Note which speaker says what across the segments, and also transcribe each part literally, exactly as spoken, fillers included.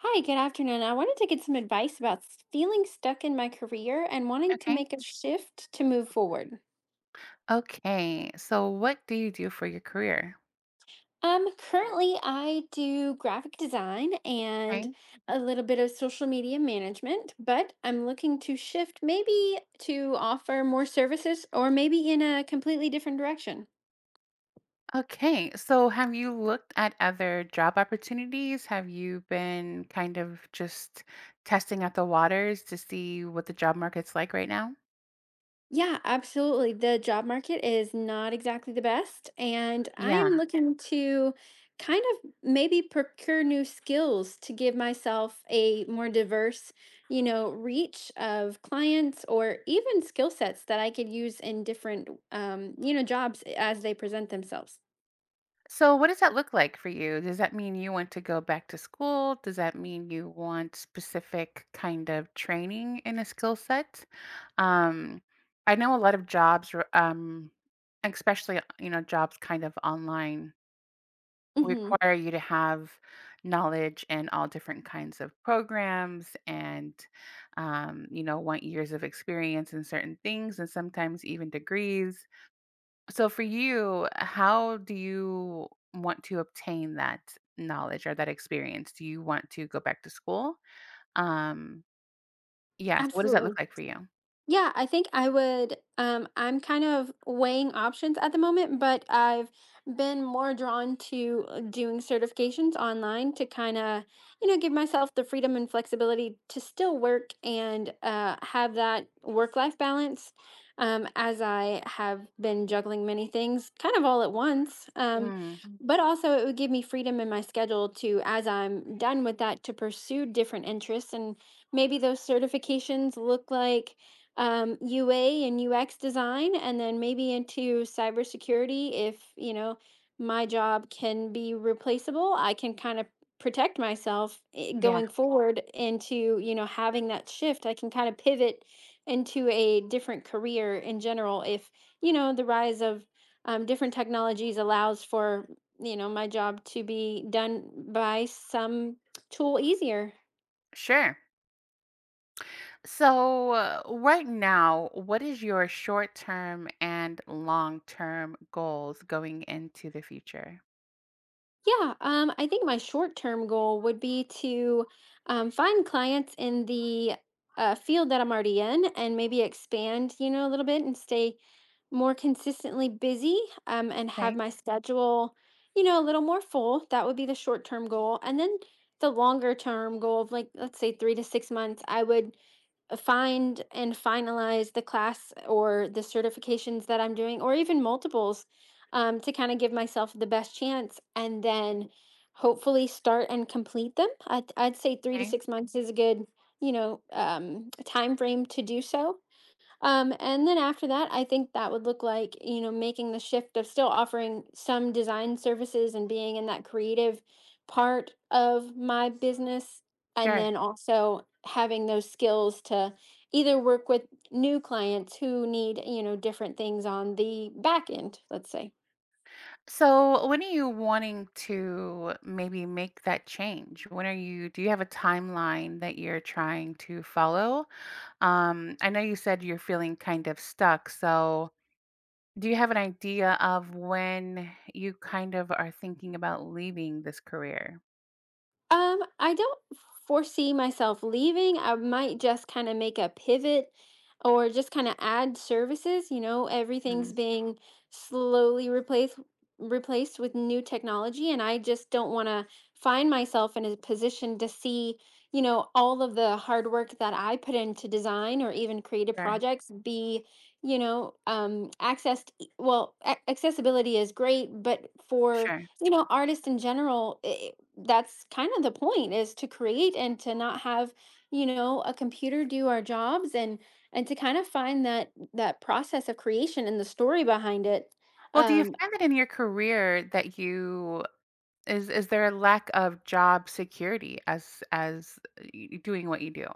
Speaker 1: Hi, good afternoon. I wanted to get some advice about s- feeling stuck in my career and wanting to
Speaker 2: Okay.
Speaker 1: make a shift to move forward.
Speaker 2: Okay. So what do you do for your career?
Speaker 1: Um, currently I do graphic design and
Speaker 2: Right.
Speaker 1: a little bit of social media management, but I'm looking to shift maybe to offer more services or maybe in a completely different direction.
Speaker 2: Okay. So have you looked at other job opportunities? Have you been kind of just testing out the waters to see what the job market's like right now?
Speaker 1: Yeah, absolutely. The job market is not exactly the best, and I
Speaker 2: Yeah.
Speaker 1: am looking to kind of maybe procure new skills to give myself a more diverse, you know, reach of clients or even skill sets that I could use in different, um, you know, jobs as they present themselves.
Speaker 2: So what does that look like for you? Does that mean you want to go back to school? Does that mean you want specific kind of training in a skill set? Um, I know a lot of jobs, r- um, especially, you know, jobs kind of online
Speaker 1: Hmm.
Speaker 2: require you to have knowledge in all different kinds of programs and, um, you know, want years of experience in certain things and sometimes even degrees. So, for you, how do you want to obtain that knowledge or that experience? Do you want to go back to school? Um, yeah, so what does that look
Speaker 1: Absolutely.
Speaker 2: like for you?
Speaker 1: Yeah, I think I would. Um, I'm kind of weighing options at the moment, but I've been more drawn to uh, doing certifications online to kind of, you know, give myself the freedom and flexibility to still work and uh, have that work-life balance, um, as I have been juggling many things kind of all at once. Um,
Speaker 2: Mm,
Speaker 1: but also, it would give me freedom in my schedule to, as I'm done with that, to pursue different interests and maybe those certifications look like um, U A and U X design, and then maybe into cybersecurity if, you know, my job can be replaceable. I can kind of protect myself eh,
Speaker 2: yeah,
Speaker 1: going forward into, you know, having that shift. I can kind of pivot into a different career in general if, you know, the rise of um, different technologies allows for, you know, my job to be done by some tool easier.
Speaker 2: sure. So, uh, right now, what is your short term and long term goals going into the future?
Speaker 1: Yeah, um, I think my short-term goal would be to um, find clients in the uh, field that I'm already in and maybe expand, you know, a little bit and stay more consistently busy um, and have
Speaker 2: Okay.
Speaker 1: my schedule, you know, a little more full. That would be the short-term goal. And then the longer-term goal of like, let's say three to six months, I would uh, find and finalize the class or the certifications that I'm doing, or even multiples um, to kind of give myself the best chance and then hopefully start and complete them. I'd, I'd say three to
Speaker 2: Okay.
Speaker 1: six months is a good, you know, um, time frame to do so. Um, and then after that, I think that would look like, you know, making the shift of still offering some design services and being in that creative part of my business. And
Speaker 2: Sure.
Speaker 1: then also having those skills to either work with new clients who need, you know, different things on the back end, let's say.
Speaker 2: So, when are you wanting to maybe make that change? When are you, do you have a timeline that you're trying to follow? Um, I know you said you're feeling kind of stuck. So, do you have an idea of when you kind of are thinking about leaving this career?
Speaker 1: Um, I don't foresee myself leaving. I might just kind of make a pivot or just kind of add services. You know, everything's
Speaker 2: Mm,
Speaker 1: being slowly replaced replaced with new technology and I just don't want to find myself in a position to see, you know, all of the hard work that I put into design or even creative
Speaker 2: sure.
Speaker 1: projects be, you know, um accessed e- well, a- accessibility is great, but for
Speaker 2: Sure.
Speaker 1: you know artists in general that's kind of the point is to create and to not have you know a computer do our jobs and and to kind of find that that process of creation and the story behind it
Speaker 2: Well, do you
Speaker 1: um
Speaker 2: find that in your career that you is is there a lack of job security as as uh, y- doing what you do?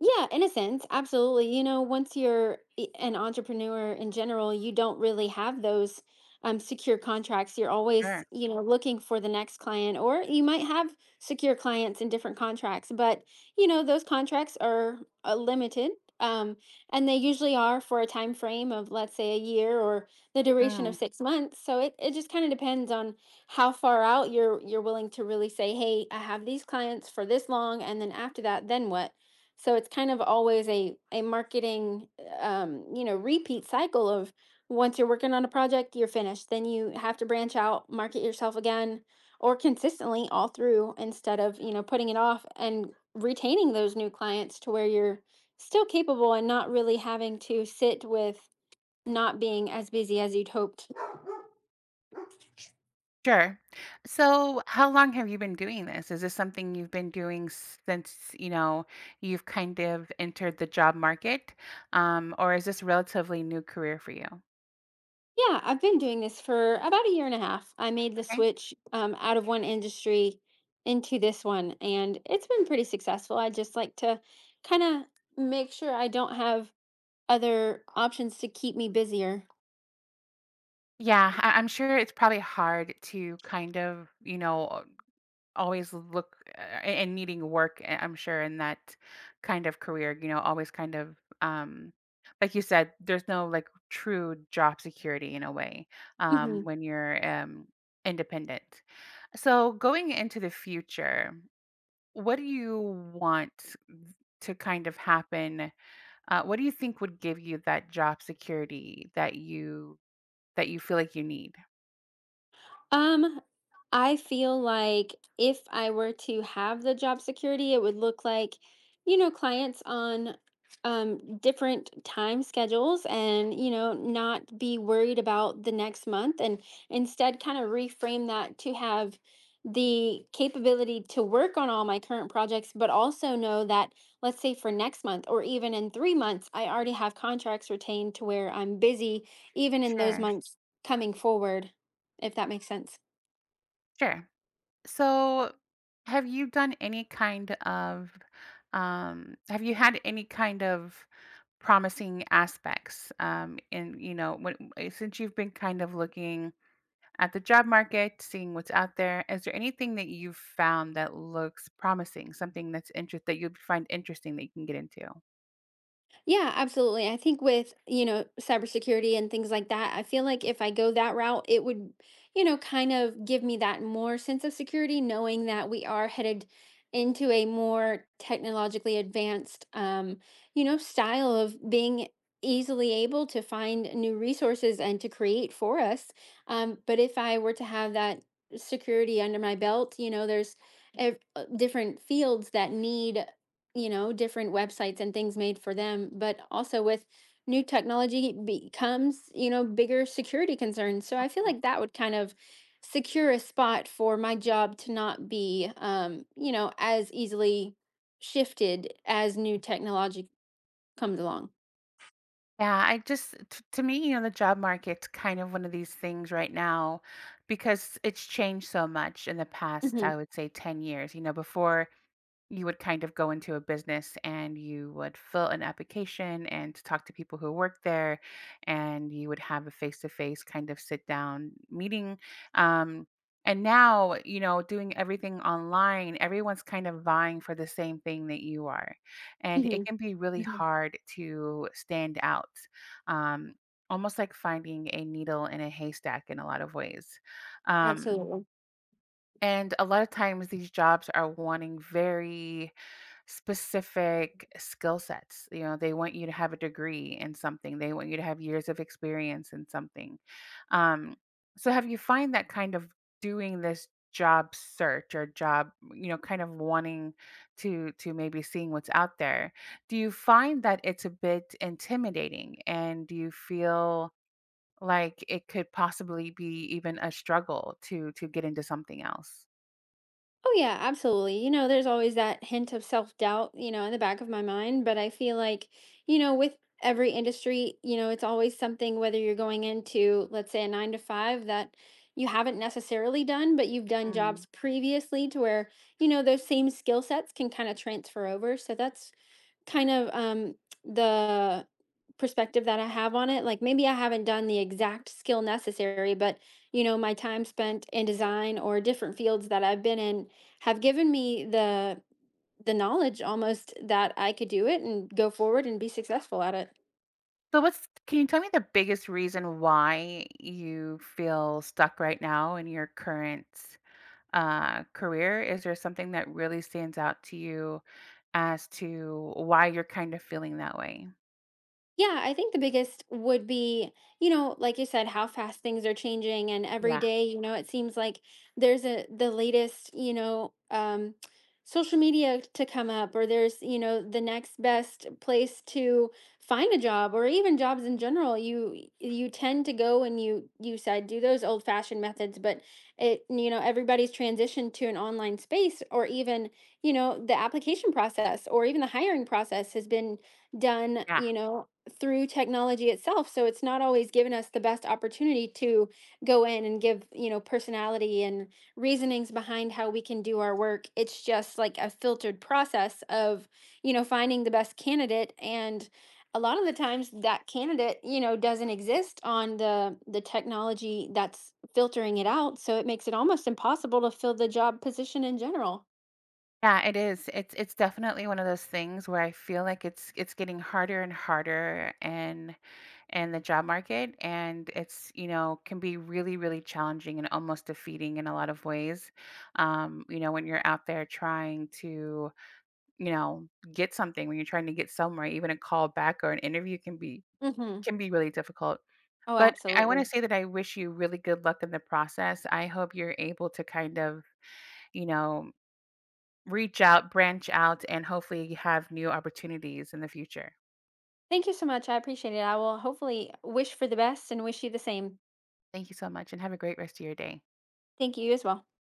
Speaker 1: Yeah, in a sense, absolutely. You know, once you're i- an entrepreneur in general, you don't really have those um, secure contracts. You're
Speaker 2: Sure.
Speaker 1: always, you know, looking for the next client, or you might have secure clients and different contracts, but, you know, those contracts are uh, limited. Um, and they usually are for a time frame of, let's say, a year or the duration
Speaker 2: Mm,
Speaker 1: of six months. So it, it just kind of depends on how far out you're you're willing to really say, hey, I have these clients for this long, and then after that, then what? So it's kind of always a a marketing um, you know, repeat cycle of once you're working on a project, you're finished. Then you have to branch out, market yourself again or consistently all through instead of, you know, putting it off and retaining those new clients to where you're still capable and not really having to sit with not being as busy as you'd hoped.
Speaker 2: sure. So, how long have you been doing this? Is this something you've been doing since, you know, you've kind of entered the job market? Um, or is this relatively new career for you?
Speaker 1: Yeah, I've been doing this for about a year and a half. I made the
Speaker 2: Okay.
Speaker 1: switch um, out of one industry into this one, and it's been pretty successful. I just like to kind of make sure I don't have other options to keep me busier.
Speaker 2: Yeah, I- I'm sure it's probably hard to kind of, you know, always look uh, a and needing work, I I'm sure in that kind of career, you know, always kind of, um, like you said, there's no, like, true job security in a way, um,
Speaker 1: Mhm.
Speaker 2: when you're, um, independent. So going into the future, what do you want to kind of happen? Uh, what do you think would give you that job security that you that you feel like you need?
Speaker 1: Um, I feel like if I were to have the job security, it would look like, you know, clients on um different time schedules and, you know, not be worried about the next month and instead kind of reframe that to have the capability to work on all my current projects, but also know that, let's say for next month or even in three months, I already have contracts retained to where I'm busy even in those
Speaker 2: Sure,
Speaker 1: months coming forward, if that makes sense.
Speaker 2: sure. So, have you done any kind of, um, have you had any kind of promising aspects, um, in, you know, when, eh, since you've been kind of looking at the job market, seeing what's out there, is there anything that you've found that looks promising, something that's interest that you find interesting that you can get into?
Speaker 1: Yeah, absolutely. I think with, you know, cybersecurity and things like that, I feel like if I go that route, it would, you know, kind of give me that more sense of security, knowing that we are headed into a more technologically advanced, um, you know, style of being easily able to find new resources and to create for us. Um, but if I were to have that security under my belt, you know, there's ev- uh, different fields that need you know, different websites and things made for them, but also with new technology becomes, you know, bigger security concerns. So I feel
Speaker 2: Mm.
Speaker 1: like that would kind of secure a spot for my job to not be, um, you know, as easily shifted as new technology comes along.
Speaker 2: Yeah, I just t- to me, you know, the job market's kind of one of these things right now because it's changed so much in the past,
Speaker 1: Hmm.
Speaker 2: I would say ten years. You know, before you would kind of go into a business and you would fill an application and talk to people who work there and you would have a face-to-face kind of sit down meeting, um, and now, you know, doing everything online, everyone's kind of vying for the same thing that you are, and
Speaker 1: Hmm.
Speaker 2: it can be really hard to stand out, um, almost like finding a needle in a haystack in a lot of ways. um,
Speaker 1: Absolutely.
Speaker 2: and a lot of times these jobs are wanting very specific skill sets. You know, they want you to have a degree in something. They want you to have years of experience in something. Um, so have you find that kind of doing this job search or job, you know, kind of wanting to to maybe seeing what's out there. Do you find that it's a bit intimidating and do you feel like it could possibly be even a struggle to to get into something else?
Speaker 1: Oh, yeah, absolutely. You know, there's always that hint of self doubt, you know, in the back of my mind. But I feel like, you know, with every industry, you know, it's always something, whether you're going into, let's say, a nine to five that you haven't necessarily done, but you've done
Speaker 2: Mm.
Speaker 1: jobs previously to where, you know, those same skill sets can kind of transfer over. So that's kind of um the perspective that I have on it. Like maybe I haven't done the exact skill necessary, but you know, my time spent in design or different fields that I've been in have given me the the knowledge almost that I could do it and go forward and be successful at it.
Speaker 2: So what's can you tell me the biggest reason why you feel stuck right now in your current uh, career? Is there something that really stands out to you as to why you're kind of feeling that way?
Speaker 1: Yeah, I think the biggest would be, you know, like you said, how fast things are changing and every
Speaker 2: Yeah.
Speaker 1: day, you know, it seems like there's a the latest, you know, um social media to come up or there's, you know, the next best place to find a job or even jobs in general. You you tend to go and you you said do those old-fashioned methods, but it, you know, everybody's transitioned to an online space or even, you know, the application process or even the hiring process has been done,
Speaker 2: Yeah.
Speaker 1: you know, through technology itself so it's not always given us the best opportunity to go in and give you know personality and reasonings behind how we can do our work it's just like a filtered process of you know finding the best candidate and a lot of the times that candidate you know doesn't exist on the the technology that's filtering it out so it makes it almost impossible to fill the job position in general.
Speaker 2: Yeah, it is. It's it's definitely one of those things where I feel like it's it's getting harder and harder, and and the job market, and it's, you know, can be really, really challenging and almost defeating in a lot of ways, um, you know, when you're out there trying to, you know, get something, when you're trying to get somewhere, even a call back or an interview can be,
Speaker 1: Hmm.
Speaker 2: can be really difficult.
Speaker 1: Oh,
Speaker 2: But I want to
Speaker 1: absolutely.
Speaker 2: say that I wish you really good luck in the process. I hope you're able to kind of, you know, reach out, branch out, and hopefully have new opportunities in the future.
Speaker 1: Thank you so much, I appreciate it. I will hopefully wish for the best and wish you the same.
Speaker 2: Thank you so much and have a great rest of your day.
Speaker 1: Thank you as well.